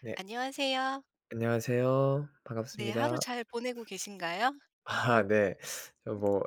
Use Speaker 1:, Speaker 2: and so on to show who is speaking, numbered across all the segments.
Speaker 1: 네.
Speaker 2: 안녕하세요.
Speaker 1: 안녕하세요.
Speaker 2: 네, 하루
Speaker 1: 반갑습니다.
Speaker 2: 잘 보내고 계신가요?
Speaker 1: 아 네. 저 뭐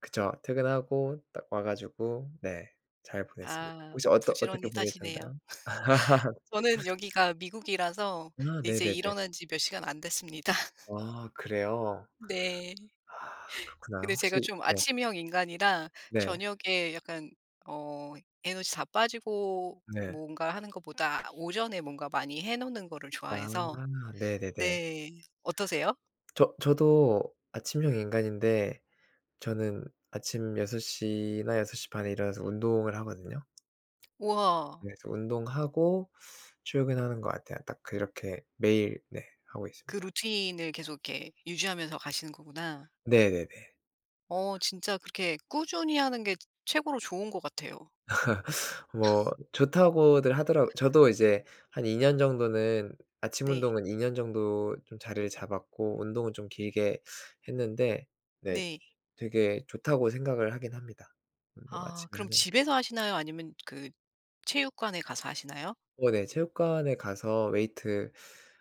Speaker 1: 그쵸. 퇴근하고 딱 와 가지고 네 잘 보냈습니다.
Speaker 2: 아,
Speaker 1: 혹시 어떠 어떻게
Speaker 2: 부지런히 사시네요.
Speaker 1: 보내셨나요?
Speaker 2: 저는 여기가 미국이라서
Speaker 1: 아
Speaker 2: 이제
Speaker 1: 네네네.
Speaker 2: 일어난 지 몇 시간 안 됐습니다.
Speaker 1: 아 그래요?
Speaker 2: 네.
Speaker 1: 아 그렇구나.
Speaker 2: 근데
Speaker 1: 혹시
Speaker 2: 제가 좀
Speaker 1: 네.
Speaker 2: 아침형 인간이라
Speaker 1: 네.
Speaker 2: 저녁에 약간 어 에너지 다 빠지고
Speaker 1: 네.
Speaker 2: 뭔가 하는 것보다 오전에 뭔가 많이 해 놓는 거를 좋아해서.
Speaker 1: 아 네네네.
Speaker 2: 네. 어떠세요?
Speaker 1: 저도 아침형 인간인데 저는 아침 6시나6시 반에 일어나서 운동을 하거든요.
Speaker 2: 우와.
Speaker 1: 네, 그래서 운동하고 출근하는 것 같아요. 딱 그렇게 매일 네 하고
Speaker 2: 그
Speaker 1: 있습니다.
Speaker 2: 루틴을 계속 이렇게 유지하면서 가시는 거구나.
Speaker 1: 네네네.
Speaker 2: 진짜 그렇게 꾸준히 하는 게 최고로 좋은 것 같아요.
Speaker 1: 뭐 좋다고들 하더라고요. 저도 이제 한 2년 정도는 아침
Speaker 2: 네.
Speaker 1: 운동은 2년 정도 좀 자리를 잡았고 운동은 좀 길게 했는데 네
Speaker 2: 네.
Speaker 1: 되게 좋다고 생각을 하긴 합니다. 운동
Speaker 2: 아,
Speaker 1: 아침에
Speaker 2: 그럼
Speaker 1: 하는.
Speaker 2: 집에서 하시나요? 아니면 그 체육관에 가서 하시나요?
Speaker 1: 어 네 체육관에 가서 웨이트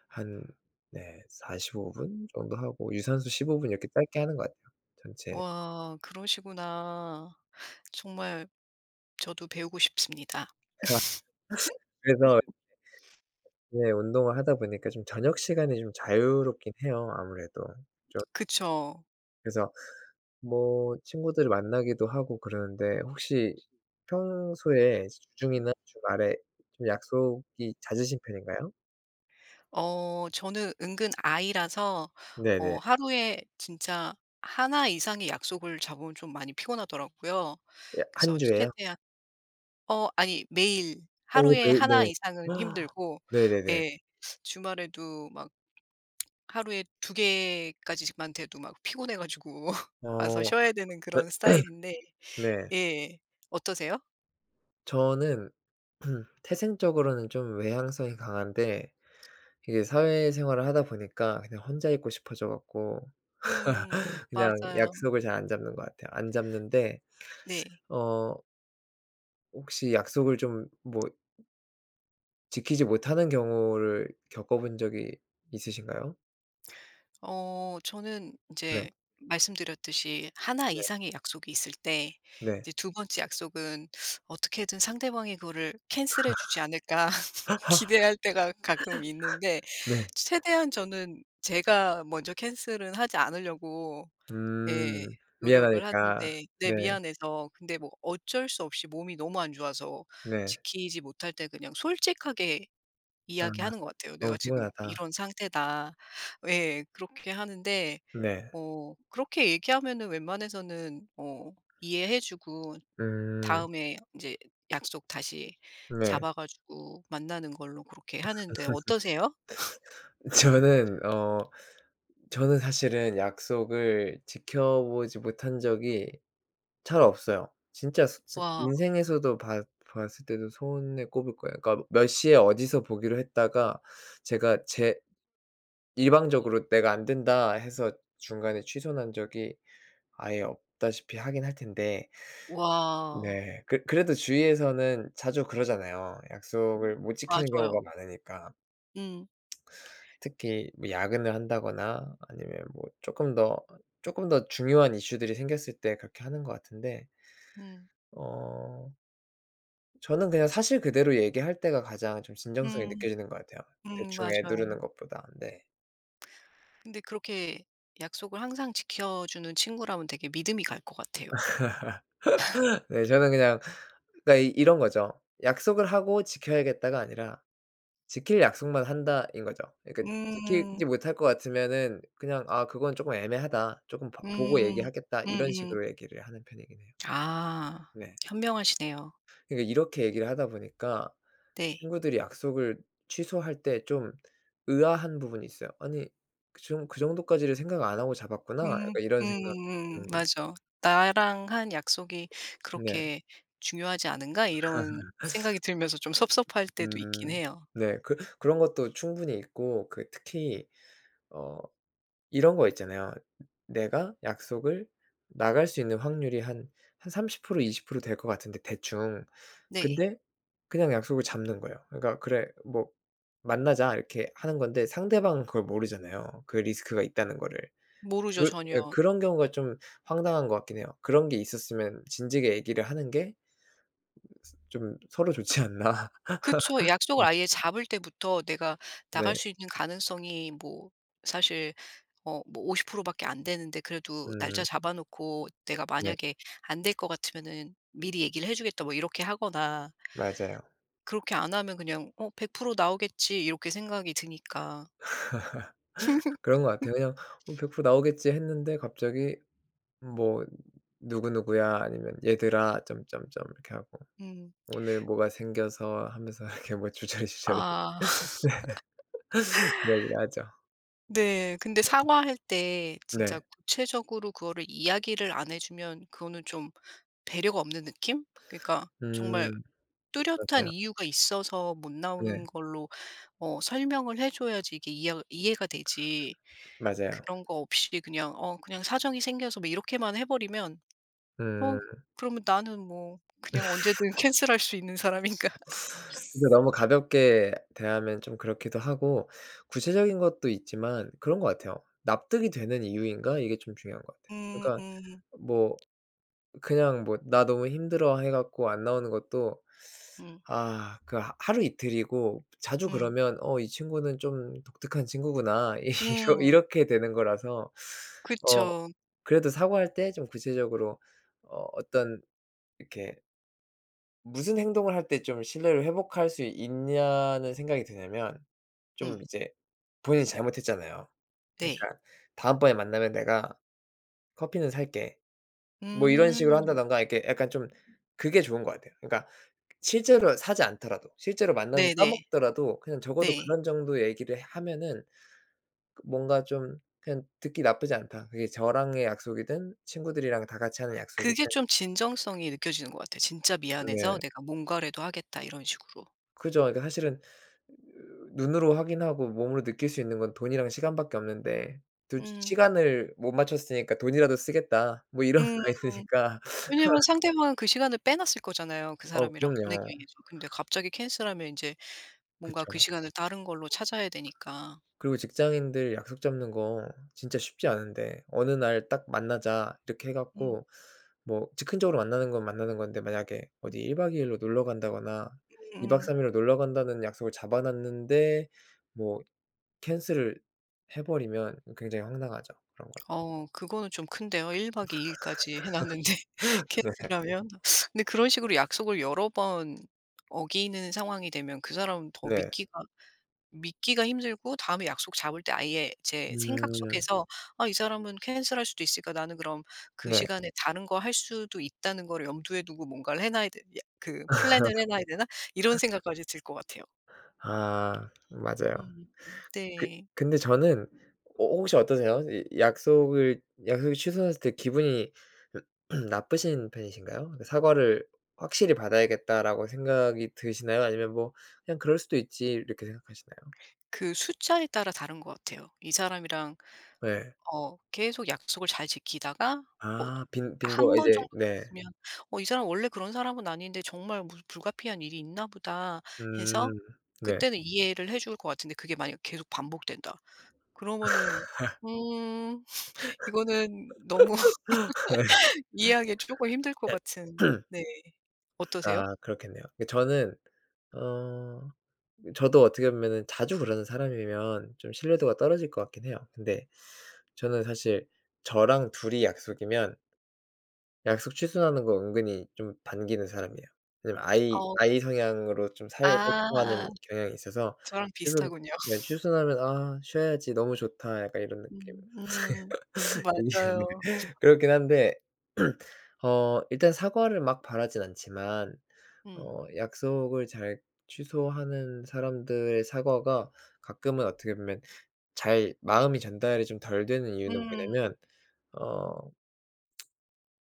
Speaker 1: 한 네 45분 정도 하고 유산소 15분 이렇게 짧게 하는 것 같아요. 전체.
Speaker 2: 와, 그러시구나. 정말 저도 배우고 싶습니다.
Speaker 1: 그래서 네. 운동을 하다 보니까 좀 저녁 시간이 좀 자유롭긴 해요, 아무래도. 좀
Speaker 2: 그쵸.
Speaker 1: 그래서 뭐 친구들을 만나기도 하고 그러는데, 혹시 평소에 주중이나 주말에 좀 약속이 잦으신 편인가요?
Speaker 2: 저는 은근 아이라서
Speaker 1: 네네.
Speaker 2: 하루에 진짜 하나 이상의 약속을 잡으면 좀 많이 피곤하더라고요.
Speaker 1: 예 한
Speaker 2: 그래서
Speaker 1: 주에요?
Speaker 2: 최대한 아니 매일
Speaker 1: 어
Speaker 2: 하루에
Speaker 1: 매일 네.
Speaker 2: 하나 이상은 힘들고,
Speaker 1: 네네네.
Speaker 2: 예 주말에도 막 하루에 두 개까지만 돼도 막 피곤해 가지고
Speaker 1: 어
Speaker 2: 와서 쉬어야 되는
Speaker 1: 그
Speaker 2: 그런 스타일인데.
Speaker 1: 네.
Speaker 2: 예. 어떠세요?
Speaker 1: 저는 태생적으로는 좀 외향성이 강한데 이게 사회생활을 하다 보니까 그냥 혼자 있고 싶어져 갖고
Speaker 2: 음.
Speaker 1: 그냥
Speaker 2: 맞아요.
Speaker 1: 약속을 잘 안 잡는 것 같아요. 안 잡는데
Speaker 2: 네.
Speaker 1: 어 혹시 약속을 좀 뭐 지키지 못하는 경우를 겪어본 적이 있으신가요?
Speaker 2: 저는 이
Speaker 1: 네.
Speaker 2: 제 말씀드렸듯이 하나
Speaker 1: 네.
Speaker 2: 이상의 약속이 있을 때
Speaker 1: 네.
Speaker 2: 이제 두 번째 약속은 '어떻게든 상대방이 그거를 캔슬해 주지 않을까.' 기대할 때가 가끔 있는데,
Speaker 1: 네.
Speaker 2: 최대한 저는 제가 먼저 캔슬은 하지 않으려고. 예.
Speaker 1: 음.
Speaker 2: 노력을
Speaker 1: 미안하니까.
Speaker 2: 하는데, 네
Speaker 1: 네.
Speaker 2: 미안해서. 근데 뭐 어쩔 수 없이 몸이 너무 안 좋아서
Speaker 1: 네.
Speaker 2: 지키지 못할 때 그냥 솔직하게
Speaker 1: 아.
Speaker 2: 이야기하는 것 같아요.
Speaker 1: 너무
Speaker 2: "내가 지금
Speaker 1: 피곤하다.
Speaker 2: 이런 상태다." 예. 그렇게 하는데
Speaker 1: 네.
Speaker 2: 그렇게 얘기하면은 웬만해서는 이해해 주고
Speaker 1: 음.
Speaker 2: 다음에 인제 약속 다시
Speaker 1: 네.
Speaker 2: 잡아 가지고 만나는 걸로 그렇게 하는데, 어떠세요?
Speaker 1: 저는 어 저는 사실은 약속을 지켜 보지 못한 적이 잘 없어요. 진짜 소 진
Speaker 2: 와.
Speaker 1: 인생에서도 봤 봤을 때도 손에 꼽을 거예요. 그러니까 뭐 몇 시에 어디서 보기로 했다가 제가 제 일방적으로 '내가 안 된다.' 해서 중간에 취소난 적이 아예 없다시피 하긴 할 텐데
Speaker 2: 와.
Speaker 1: 네. 그 그래도 주위에서는 자주 그러잖아요. 약속을 못 지키는
Speaker 2: 맞아요.
Speaker 1: 경우가 많으니까.
Speaker 2: 음.
Speaker 1: 특히 뭐 야근을 한다거나 아니면 뭐 쪼끔 더 중요한 이슈들이 생겼을 때 그렇게 하는 것 같은데
Speaker 2: 음.
Speaker 1: 어 저는 그냥 사실 그대로 얘기할 때가 가장 좀 진정성이
Speaker 2: 음.
Speaker 1: 느껴지는 것 같아요. 대충
Speaker 2: 맞아요.
Speaker 1: 애누르는 것보다. 네.
Speaker 2: 근데 그렇게 약속을 항상 지켜주는 친구라면 되게 믿음이 갈 것 같아요.
Speaker 1: 네 저는 그냥 그러니까 이 이런 거죠. '약속을 하고 지켜야겠다.'가 아니라 '지킬 약속만 한다.'인 거죠. 그러니까
Speaker 2: 음.
Speaker 1: 지키지 못할 것 같으면은 그냥 '아 그건 조금 애매하다. 조금 봐 보고
Speaker 2: 음.
Speaker 1: 얘기하겠다.' 이런
Speaker 2: 음음.
Speaker 1: 식으로 얘기를 하는 편이긴 해요.
Speaker 2: 아.
Speaker 1: 네.
Speaker 2: 현명하시네요.
Speaker 1: 그러니까 이렇게 얘기를 하다 보니까
Speaker 2: 네.
Speaker 1: 친구들이 약속을 취소할 때 좀 의아한 부분이 있어요. '아니 그 정 그 정도까지를 생각 안 하고 잡았구나.'
Speaker 2: 음.
Speaker 1: 약간 이런 생각
Speaker 2: 음음.
Speaker 1: 드는 게 있어.
Speaker 2: 맞아. '나랑 한 약속이
Speaker 1: 네.
Speaker 2: 그렇게 중요하지 않은가?' 이런 생각이 들면서 좀 섭섭할 때도 있긴
Speaker 1: 음.
Speaker 2: 해요.
Speaker 1: 네. 그 그런 것도 충분히 있고, 그 특히 어 이런 거 있잖아요. 내가 약속을 나갈 수 있는 확률이 한 30% 20%될 것 같은데 대충
Speaker 2: 네.
Speaker 1: 근데 그냥 약속을 잡는 거예요. 그러니까 "그래 뭐 만나자." 이렇게 하는 건데 상대방은 그걸 모르잖아요, 그 리스크가 있다는 거를.
Speaker 2: 모르죠
Speaker 1: 그
Speaker 2: 전혀.
Speaker 1: 예 그런 경우가 좀 황당한 것 같긴 해요. 그런 게 있었으면 진지하게 얘기를 하는 게 좀 서로 좋지 않나.
Speaker 2: 그쵸. 약속을 아예 잡을 때부터 내가
Speaker 1: 네.
Speaker 2: 나갈 수 있는 가능성이 뭐 사실 뭐 50% 밖에 안 되는데, 그래도 날짜
Speaker 1: 음
Speaker 2: 잡아 놓고 내가
Speaker 1: 네.
Speaker 2: 만약에 안 될 것 같으면은 "미리 얘기를 해 주겠다." 뭐 이렇게 하거나,
Speaker 1: 맞아요.
Speaker 2: 그렇게 안 하면 그냥 '어 100% 나오겠지.' 이렇게 생각이 드니까.
Speaker 1: 그런 것 같아요. 그냥 '어 100% 나오겠지.' 했는데 갑자기 뭐 "누구누구야." 아니면 "얘들아." 점점점 이렇게 하고
Speaker 2: 음.
Speaker 1: "오늘 뭐가 생겨서." 하면서 이렇게 뭐 주저리주저리
Speaker 2: 아.
Speaker 1: 이야기를 하죠.
Speaker 2: 네. 근데 사과할 때 진짜
Speaker 1: 네.
Speaker 2: 구체적으로 그거를 이야기를 안 해 주면 그거는 좀 배려가 없는 느낌? 그러니까 정말
Speaker 1: 음
Speaker 2: 뚜렷한
Speaker 1: 맞아요.
Speaker 2: 이유가 있어서 못
Speaker 1: 네.
Speaker 2: 나오는 걸로 설명을 해 줘야지 이게 이해가 되지.
Speaker 1: 맞아요.
Speaker 2: 그런 거 없이 그냥 그냥 사정이 생겨서 뭐 이렇게만 해 버리면 어
Speaker 1: 음
Speaker 2: 그러면 나는 뭐 그냥 언제든 캔슬할 수 있는 사람인가.
Speaker 1: 근데 너무 가볍게 대하면 좀 그렇기도 하고 구체적인 것도 있지만 그런 것 같아요. '납득이 되는 이유인가?' 이게 좀 중요한 것 같아요.
Speaker 2: 음
Speaker 1: 그러니까
Speaker 2: 음.
Speaker 1: 뭐 그냥 뭐 "나 너무 힘들어." 해 갖고 안 나오는 것도
Speaker 2: 음.
Speaker 1: 아 그 하 하루 이틀이고 자주
Speaker 2: 음.
Speaker 1: 그러면 '어 이 친구는 좀 독특한 친구구나.' 이러
Speaker 2: 음.
Speaker 1: 이렇게 되는 거라서 어
Speaker 2: 그쵸.
Speaker 1: 그래도 사과할 때 좀 구체적으로 어떤 이렇게 무슨 행동을 할 때 좀 신뢰를 회복할 수 있냐는 생각이 드냐면 좀
Speaker 2: 음.
Speaker 1: 이제 본인이 잘못했잖아요.
Speaker 2: 네.
Speaker 1: 그러니까 "다음번에 만나면 내가 커피는 살게." 뭐 이런 식으로
Speaker 2: 음.
Speaker 1: 한다든가 이렇게 약간 좀 그게 좋은 것 같아요. 그러니까 실제로 사지 않더라도 실제로 만나서
Speaker 2: 네네. 네.
Speaker 1: 까먹더라도 그냥 적어도
Speaker 2: 네.
Speaker 1: 그런 정도 얘기를 하면은 그 뭔가 좀 그냥 듣기 나쁘지 않다. 그게 저랑의 약속이든 친구들이랑 다 같이 하는
Speaker 2: 그게
Speaker 1: 약속이든.
Speaker 2: 좀 진정성이 느껴지는 것 같아요. '진짜 미안해서
Speaker 1: 네.
Speaker 2: 내가 뭔가라도 하겠다.' 이런 식으로.
Speaker 1: 그죠. 그러니까 사실은 눈으로 확인하고 몸으로 느낄 수 있는 건 돈이랑 시간밖에 없는데 둘
Speaker 2: 음.
Speaker 1: 시간을 못 맞췄으니까 '돈이라도 쓰겠다.' 뭐 이런
Speaker 2: 음.
Speaker 1: 마인드니까.
Speaker 2: 왜냐면 상대방은 그 시간을 빼놨을 거잖아요, 그
Speaker 1: 어
Speaker 2: 사람이랑 보내기
Speaker 1: 그럼요.
Speaker 2: 위해서. 근데 갑자기 캔슬하면 인제 뭔가
Speaker 1: 그쵸.
Speaker 2: 그 시간을 다른 걸로 찾아야 되니까.
Speaker 1: 그리고 직장인들 약속 잡는 거 진짜 쉽지 않은데 어느 날 딱 만나자 이렇게 해
Speaker 2: 음.
Speaker 1: 갖고 뭐 즉흥적으로 만나는 건 만나는 건데, 만약에 어디 1박 2 일로 놀러 간다거나 2박
Speaker 2: 음음.
Speaker 1: 3 일로 놀러 간다는 약속을 잡아 놨는데 뭐 캔슬을 해 버리면 굉장히 황당하죠, 그런 건.
Speaker 2: 어 그거는 좀 큰데요. 1박 2 일까지 해 놨는데
Speaker 1: 네.
Speaker 2: 캔슬하면. 근데 그런 식으로 약속을 여러 번 어기는 상황이 되면 그 사람은 더
Speaker 1: 네.
Speaker 2: 믿기가 힘들고, 다음에 약속 잡을 때 아예 제 생각
Speaker 1: 음.
Speaker 2: 속에서 '아 이 사람은 캔슬할 수도 있으니까 나는 그럼 그
Speaker 1: 네.
Speaker 2: 시간에 다른 거 할 수도 있다는 걸 염두에 두고 뭔가를 해 놔야 되, 예 그 플랜을 해 놔야 되나?' 이런 생각까지 들 것 같아요.
Speaker 1: 아 맞아요.
Speaker 2: 음
Speaker 1: 그
Speaker 2: 네.
Speaker 1: 근데 저는 호 혹시 어떠세요? 이 약속을 약속이 취소됐을 때 기분이 나쁘신 편이신가요? 그러니까 '사과를 확실히 받아야겠다.'라고 생각이 드시나요? 아니면 뭐 '그냥 그럴 수도 있지.' 이렇게 생각하시나요?
Speaker 2: 그 숫자에 따라 다른 것 같아요. 이 사람이랑
Speaker 1: 네.
Speaker 2: 계속 약속을 잘 지키다가 어
Speaker 1: 아 빈
Speaker 2: 한
Speaker 1: 빈도가
Speaker 2: 번
Speaker 1: 이제
Speaker 2: 정도
Speaker 1: 네.
Speaker 2: 그랬으면 '어 이 사람 원래 그런 사람은 아닌데 정말 무슨 불가피한 일이 있나 보다.' 해서
Speaker 1: 음. 네.
Speaker 2: 그때는 이해를 해줄 것 같은데, 그게 만약 계속 반복된다. 그러면은 음 이거는 너무 이해하기 쪼금 힘들 것 같은. 네. 어떠세요?
Speaker 1: 아 그렇겠네요. 그 저는 어 저도 어떻게 보면은 자주 그러는 사람이면 좀 신뢰도가 떨어질 것 같긴 해요. 근데 저는 사실 저랑 둘이 약속이면 약속 취소하는 거 은근히 좀 반기는 사람이에요. 왜냐면 아이
Speaker 2: 어.
Speaker 1: 아이 성향으로 좀 살고
Speaker 2: 아.
Speaker 1: 싶어하는 경향이 있어서
Speaker 2: 저랑
Speaker 1: 취소
Speaker 2: 비슷하군요.
Speaker 1: 네 취소하면 '아 쉬어야지. 너무 좋다.' 약간 이런 느낌.
Speaker 2: 음. 음.
Speaker 1: 이게
Speaker 2: 맞아요.
Speaker 1: 네 그렇긴 한데 어 일단 사과를 막 바라진 않지만
Speaker 2: 음.
Speaker 1: 어 약속을 잘 취소하는 사람들의 사과가 가끔은 어떻게 보면 잘 마음이 전달이 좀 덜 되는 이유는
Speaker 2: 음.
Speaker 1: 뭐냐면 어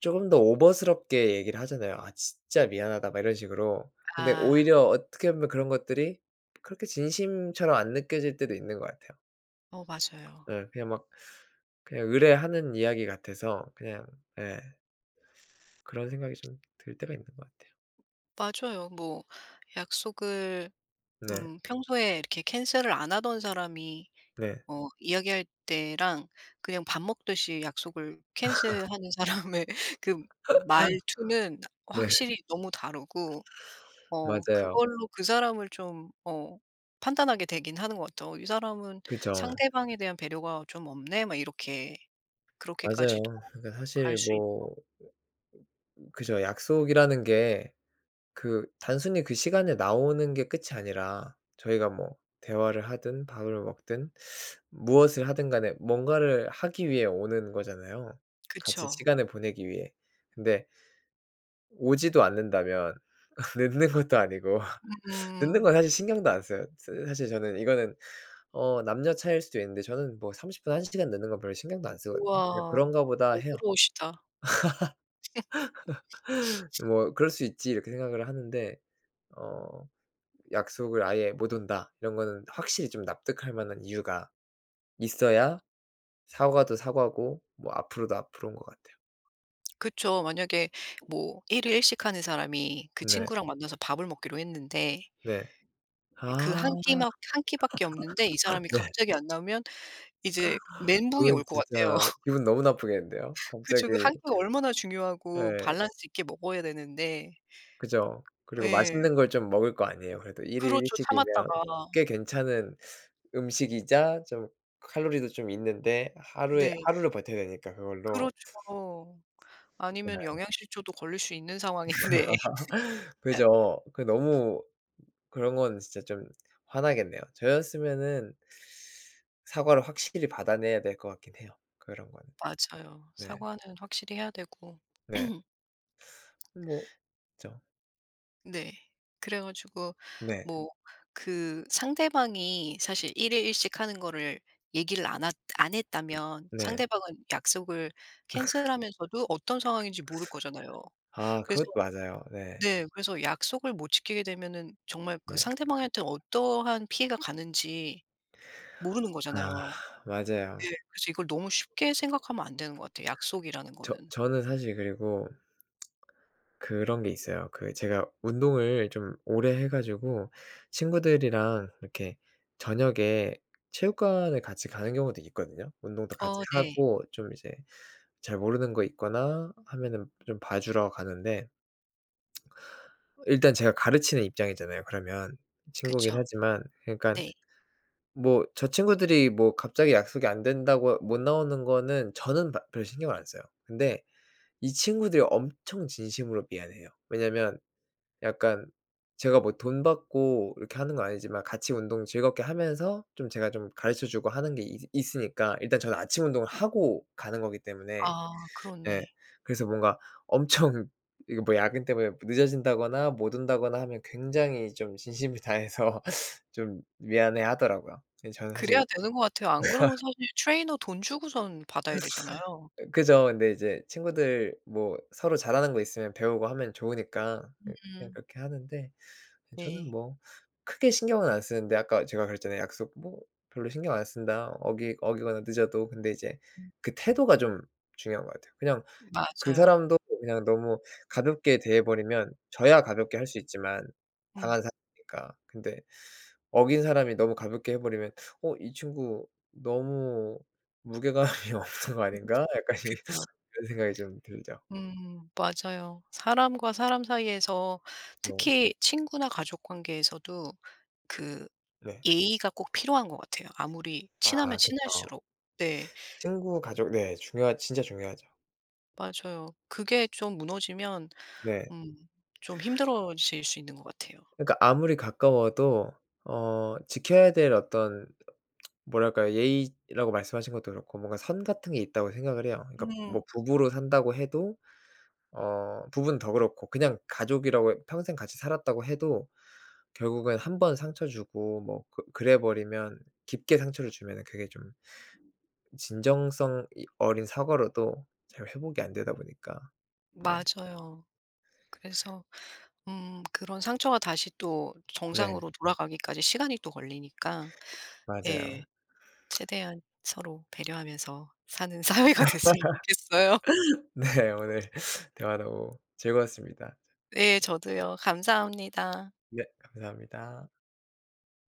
Speaker 1: 조금 더 오버스럽게 얘기를 하잖아요. "아 진짜 미안하다." 막 이런 식으로. 근데
Speaker 2: 아.
Speaker 1: 오히려 어떻게 보면 그런 것들이 그렇게 진심처럼 안 느껴질 때도 있는 것 같아요.
Speaker 2: 어 맞아요.
Speaker 1: 예. 그냥 막 그냥 의뢰하는 이야기 같아서 그냥 예 그런 생각이 좀 들 때가 있는 것 같아요.
Speaker 2: 맞아요. 뭐 약속을
Speaker 1: 네.
Speaker 2: 평소에 이렇게 캔슬을 안 하던 사람이
Speaker 1: 네.
Speaker 2: 이야기할 때랑 그냥 밥 먹듯이 약속을 캔슬하는 사람의 그 말투는
Speaker 1: 네.
Speaker 2: 확실히 너무 다르고,
Speaker 1: 맞아요.
Speaker 2: 그걸로 그 사람을 좀 판단하게 되긴 하는 것 같아요. '어 이 사람은
Speaker 1: 그죠.
Speaker 2: 상대방에 대한 배려가 좀 없네.' 막 이렇게 그렇게까지도
Speaker 1: 맞아요. 그러니까
Speaker 2: 갈
Speaker 1: 사실
Speaker 2: 수 있.
Speaker 1: 뭐 그죠. 약속이라는 게 그 단순히 그 시간에 나오는 게 끝이 아니라 저희가 뭐 대화를 하든 밥을 먹든 무엇을 하든 간에 뭔가를 하기 위해 오는 거잖아요, 같이
Speaker 2: 그쵸.
Speaker 1: 시간을 보내기 위해. 근데 오지도 않는다면 늦는 것도 아니고 늦는
Speaker 2: 음.
Speaker 1: 건 사실 신경도 안 써요. 스 사실 저는 이거는 어 남녀 차이일 수도 있는데 저는 뭐 30 분, 1 시간 늦는 건 별로 신경도 안 쓰거든요. 그냥
Speaker 2: 우와.
Speaker 1: '그런가 보다.' 해요.
Speaker 2: 너그러우시다.
Speaker 1: 뭐 '그럴 수 있지.' 이렇게 생각을 하는데 어 약속을 아예 못 온다 이런 거는 확실히 좀 납득할 만한 이유가 있어야 사과도 사과고 뭐 앞으로도 앞으로인 것 같아요.
Speaker 2: 그쵸. 만약에 뭐 일일 일식 하는 사람이 그
Speaker 1: 네.
Speaker 2: 친구랑 만나서 밥을 먹기로 했는데
Speaker 1: 네.
Speaker 2: 그
Speaker 1: 아
Speaker 2: 한 끼, 막 한 끼밖에 없는데 이 사람이
Speaker 1: 네.
Speaker 2: 갑자기 안 나오면 이제 멘붕이
Speaker 1: 그건
Speaker 2: 올 것
Speaker 1: 진짜
Speaker 2: 같아요.
Speaker 1: 기분 너무 나쁘겠는데요, 갑자기.
Speaker 2: 그죠. 그한 끼가 얼마나 중요하고
Speaker 1: 예.
Speaker 2: 밸런스 있게 먹어야 되는데.
Speaker 1: 그죠. 그리고
Speaker 2: 예.
Speaker 1: 맛있는 걸 좀 먹을 거 아니에요. 그래도 일일 일
Speaker 2: 그렇죠. 참았다가.
Speaker 1: 식이면 꽤 괜찮은 음식이자 좀 칼로리도 좀 있는데 하루에
Speaker 2: 네.
Speaker 1: 하루를 버텨야 되니까 그걸로.
Speaker 2: 그렇죠. 아니면
Speaker 1: 네.
Speaker 2: 영양실조도 걸릴 수 있는 상황인데.
Speaker 1: 그죠. 그 너무 그런 건 진짜 좀 화나겠네요. 저였으면은 사과를 확실히 받아내야 될 것 같긴 해요, 그런 거는.
Speaker 2: 맞아요.
Speaker 1: 네.
Speaker 2: 사과는 확실히 해야 되고.
Speaker 1: 네. 뭐 그죠
Speaker 2: 네. 그래 가지고
Speaker 1: 네.
Speaker 2: 뭐 그 상대방이 사실 일일 일식 하는 거를 얘기를 안 했다면
Speaker 1: 네.
Speaker 2: 상대방은 약속을 캔슬하면서도 어떤 상황인지 모를 거잖아요.
Speaker 1: 아
Speaker 2: 그래서
Speaker 1: 그것도 맞아요. 네.
Speaker 2: 네. 그래서 약속을 못 지키게 되면은 정말 그
Speaker 1: 네.
Speaker 2: 상대방한테 어떠한 피해가 가는지 모르는
Speaker 1: 아
Speaker 2: 거잖아요. 네.
Speaker 1: 맞아요.
Speaker 2: 그래서 이걸 너무 쉽게 생각하면 안 되는 것 같아요, 약속이라는
Speaker 1: 저
Speaker 2: 거는.
Speaker 1: 저는 사실 그리고 그런 게 있어요. 그 제가 운동을 좀 오래 해 가지고 친구들이랑 이렇게 저녁에 체육관을 같이 가는 경우도 있거든요. 운동도 같이
Speaker 2: 어 네.
Speaker 1: 하고 좀 이제 잘 모르는 거 있거나 하면은 좀 봐 주러 가는데, 일단 제가 가르치는 입장이잖아요, 그러면. 친구긴
Speaker 2: 그쵸.
Speaker 1: 하지만 그러니까
Speaker 2: 네.
Speaker 1: 뭐 저 친구들이 뭐 갑자기 약속이 안 된다고 못 나오는 거는 저는 바 별 신경을 안 써요. 근데 이 친구들이 엄청 진심으로 미안해해요. 왜냐면 약간 제가 뭐 돈 받고 이렇게 하는 건 아니지만 같이 운동 즐겁게 하면서 좀 제가 좀 가르쳐 주고 하는 게 있 있으니까 일단 저는 아침 운동을 하고 가는 거기 때문에
Speaker 2: 아
Speaker 1: 예
Speaker 2: 그렇네.
Speaker 1: 그래서 뭔가 엄청 이거 뭐 야근 때문에 늦어진다거나 못 온다거나 하면 굉장히 좀 진심을 다해서 좀 미안해하더라고요. 예 저는 사실
Speaker 2: 그래야 되는 것 같아요. 안 그러면 사실 트레이너 돈 주고선 받아야 되잖아요.
Speaker 1: 그죠. 근데 이제 친구들 뭐 서로 잘하는 거 있으면 배우고 하면 좋으니까 예 그냥
Speaker 2: 음
Speaker 1: 그렇게 하는데 예 저는
Speaker 2: 네.
Speaker 1: 뭐 크게 신경은 안 쓰는데 아까 제가 그랬잖아요. 약속 뭐 별로 신경 안 쓴다, 어기거나 늦어도. 근데 이제
Speaker 2: 음
Speaker 1: 그 태도가 좀 중요한 것 같아요. 그냥 그
Speaker 2: 맞아요.
Speaker 1: 사람도 그냥 너무 가볍게 대해 버리면 저야 가볍게 할 수 있지만
Speaker 2: 음.
Speaker 1: 당한 사람이니까. 근데 어긴 사람이 너무 가볍게 해버리면 '어 이 친구 너무 무게감이 없는 거 아닌가?' 약간 이
Speaker 2: 그쵸.
Speaker 1: 이런 생각이 좀 들죠.
Speaker 2: 맞아요. 사람과 사람 사이에서
Speaker 1: 네.
Speaker 2: 특히 친구나 가족 관계에서도 그
Speaker 1: 네.
Speaker 2: 예의가 꼭 필요한 것 같아요. 아무리 친하면
Speaker 1: 아 그쵸.
Speaker 2: 친할수록. 네
Speaker 1: 친구, 가족 네 중요하 진짜 중요하죠.
Speaker 2: 맞아요. 그게 좀 무너지면
Speaker 1: 네.
Speaker 2: 음 좀 힘들어질 수 있는 것 같아요.
Speaker 1: 그러니까 아무리 가까워도 어 지켜야 될 어떤 뭐랄까요? 예의라고 말씀하신 것도 그렇고 뭔가 선 같은 게 있다고 생각을 해요. 그러니까
Speaker 2: 음
Speaker 1: 뭐 부부로 산다고 해도 어 부부는 더 그렇고 그냥 가족이라고 평생 같이 살았다고 해도 결국엔 한 번 상처 주고 뭐 그 그래 버리면 깊게 상처를 주면은 그게 좀 진정성 이 어린 사과로도 잘 회복이 안 되다 보니까 네.
Speaker 2: 맞아요. 그래서 그런 상처가 다시 또
Speaker 1: 네.
Speaker 2: 정상으로 돌아가기까지 시간이 또 걸리니까 예
Speaker 1: 맞아요.
Speaker 2: 최대한 서로 배려하면서 사는 사회가 됐으면 좋겠어요.
Speaker 1: 네. 오늘 대화 너무 즐거웠습니다.
Speaker 2: 네 저도요. 감사합니다.
Speaker 1: 네. 감사합니다.